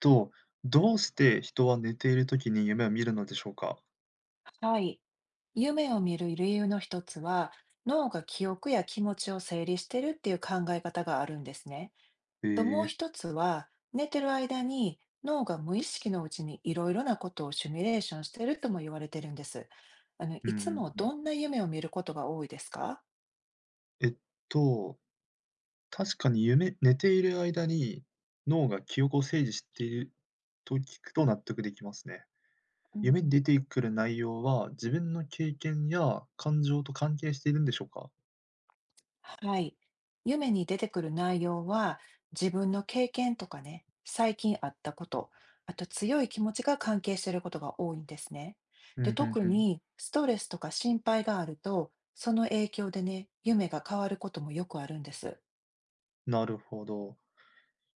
と、どうして人は寝ている時に夢を見るのでしょうか？はい。夢を見る理由の一つは、脳が記憶や気持ちを整理してるっていう考え方があるんですね。えともえ、う一つは、寝てる間に脳が無意識のうちにいろいろなことをシミュレーションしてるとも言われてるんです。うんいうつんもうん。どんな夢を見ることが多いですか？えっと、確かに夢寝ている間に脳が記憶を整理していると聞くと納得できますね。う夢にん。出てくる内容は、自分の経験や感情と関係しているんでしょうか？はい。夢に出てくる内容は、自分の経験とかね、最近あったこと、あと強い気持ちが関係していることが多いんですね。うで、ん、うん特うん。にストレスとか心配があると、その影響でね、夢が変わることもよくあるんです。なるほど。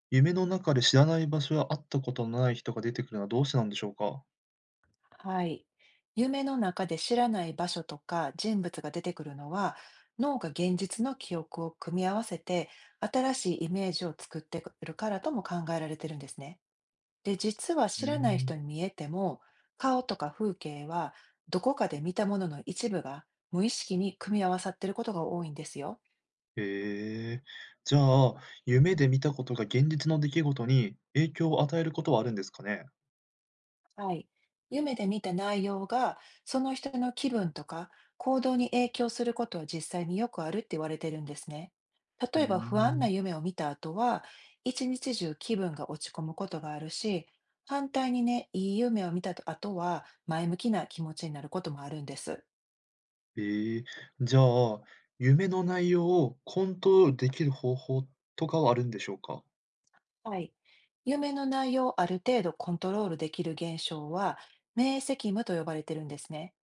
夢の中で知らない場所や会ったことのない人が出てくるのはどうしてなんでしょうか？はい。夢の中で知らない場所とか人物が出てくるのは、脳が現実の記憶を組み合わせて、新しいイメージを作ってくるからとも考えられてるんですね。で、実はうー知らないん。人に見えても、顔とか風景はどこかで見たものの一部が無意識に組み合わさっていることが多いんですよ。へえ。じゃあ、夢で見たことが現実の出来事に影響を与えることはあるんですかね？はい。夢で見た内容がその人の気分とか行動に影響することは実際によくあるって言われてるんですね。う例ーえば不安なん。夢を見た後は、一日中気分が落ち込むことがあるし、反対にね、いい夢を見た後は前向きな気持ちになることもあるんです。ええ。じゃあ、夢の内容をコントロールできる方法とかはあるんでしょうか？はい。夢の内容をある程度コントロールできる現象は、明晰夢と呼ばれてるんですね。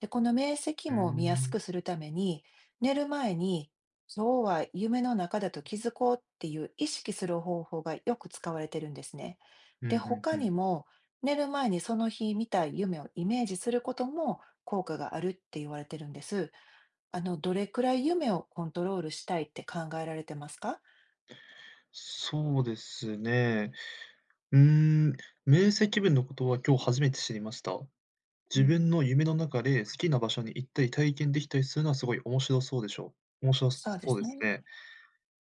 で、この明晰うー夢を見やすくん。するために、寝る前に、今日は夢の中だと気づこうっていう意識する方法がよく使われてるんですね。うんで、う他んうん。にも、寝る前にその日見たい夢をイメージすることも効果があるって言われてるんです。どれくらい夢をコントロールしたいって考えられてますか？そうですね。うーん、明晰夢のことは今日初めて知りました。う自分ん。の夢の中で好きな場所に行ったり体験できたりするのはすごい面白そうでしょう面白そうでそうすですね。ね。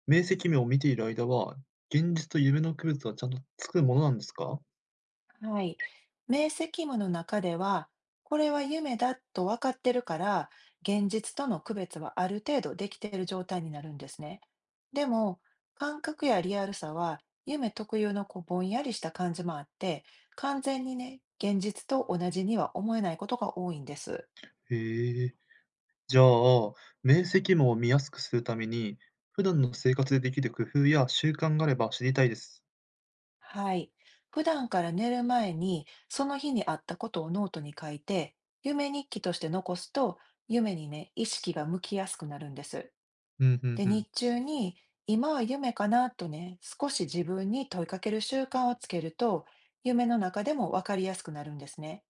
明晰夢を見ている間は、現実と夢の区別はちゃんとつくものなんですか？はい。明晰夢の中では、これは夢だと分かってるから、現実との区別はある程度できている状態になるんですね。でも、感覚やリアルさは、夢特有のこうぼんやりした感じもあって、完全にね、現実と同じには思えないことが多いんです。へえ。じゃあ、明晰夢を見やすくするために、普段の生活でできる工夫や習慣があれば知りたいです。はい。普段から寝る前に、その日にあったことをノートに書いて、夢日記として残すと、夢にね、意識が向きやすくなるんです。うん、ふんで、ふん。日中に今は夢かなとね、少し自分に問いかける習慣をつけると、夢の中でも分かりやすくなるんですね。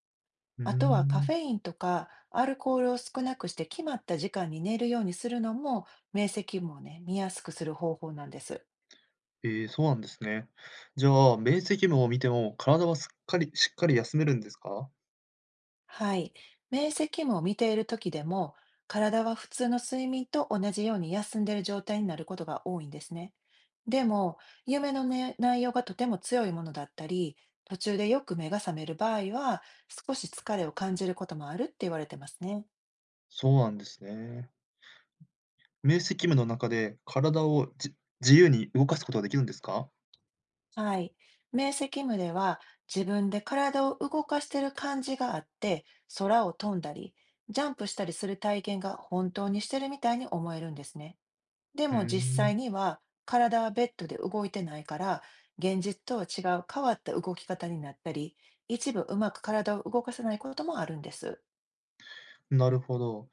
うーあとはカフェん。インとかアルコールを少なくして決まった時間に寝るようにするのも、明晰夢をね、見やすくする方法なんです。ええ、そうなんですね。じゃあ、明晰夢を見ても、体はすっかりしっかり休めるんですか？はい。明晰夢を見ている時でも、体は普通の睡眠と同じように休んでいる状態になることが多いんですね。でも、夢の、ね、内容がとても強いものだったり、途中でよく目が覚める場合は、少し疲れを感じることもあるって言われてますね。そうなんですね。明晰夢の中で、体をじ自由に動かすことができるんですか？はい。明晰夢では、自分で体を動かしてる感じがあって、空を飛んだり、ジャンプしたりする体験が本当にしてるみたいに思えるんですね。でうーも実ん、際には体はベッドで動いてないから、現実とは違う変わった動き方になったり、一部うまく体を動かせないこともあるんです。なるほど。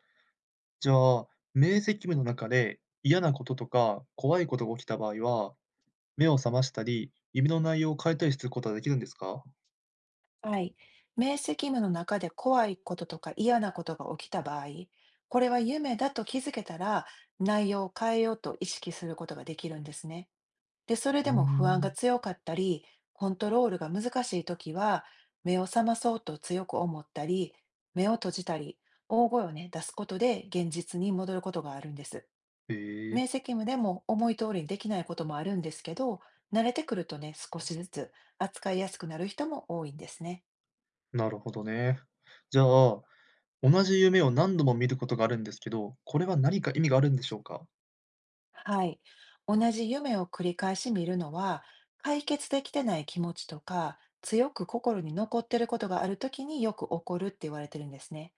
じゃあ、明晰夢の中で嫌なこととか怖いことが起きた場合は、目を覚ましたり、夢の内容を変えたりすることはできるんですか？はい。明晰夢の中で怖いこととか嫌なことが起きた場合、これは夢だと気づけたら内容を変えようと意識することができるんですね。で、それうーでも不安がん。強かったり、コントロールが難しいときは、目を覚まそうと強く思ったり、目を閉じたり、大声をね、出すことで現実に戻ることがあるんです。ええ、明晰夢でも思い通りにできないこともあるんですけど、慣れてくるとね、少しずつ扱いやすくなる人も多いんですね。なるほどね。じゃあ、同じ夢を何度も見ることがあるんですけど、これは何か意味があるんでしょうか？はい。同じ夢を繰り返し見るのは、解決できてない気持ちとか、強く心に残ってることがあるときによく起こるって言われてるんですね。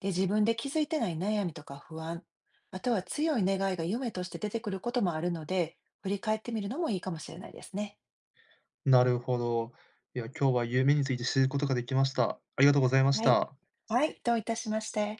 で、自分で気づいてない悩みとか不安、または強い願いが夢として出てくることもあるので、振り返ってみるのもいいかもしれないですね。なるほど。いや、今日は夢について知ることができました。ありがとうございましはい。た。はい、どういたしまして。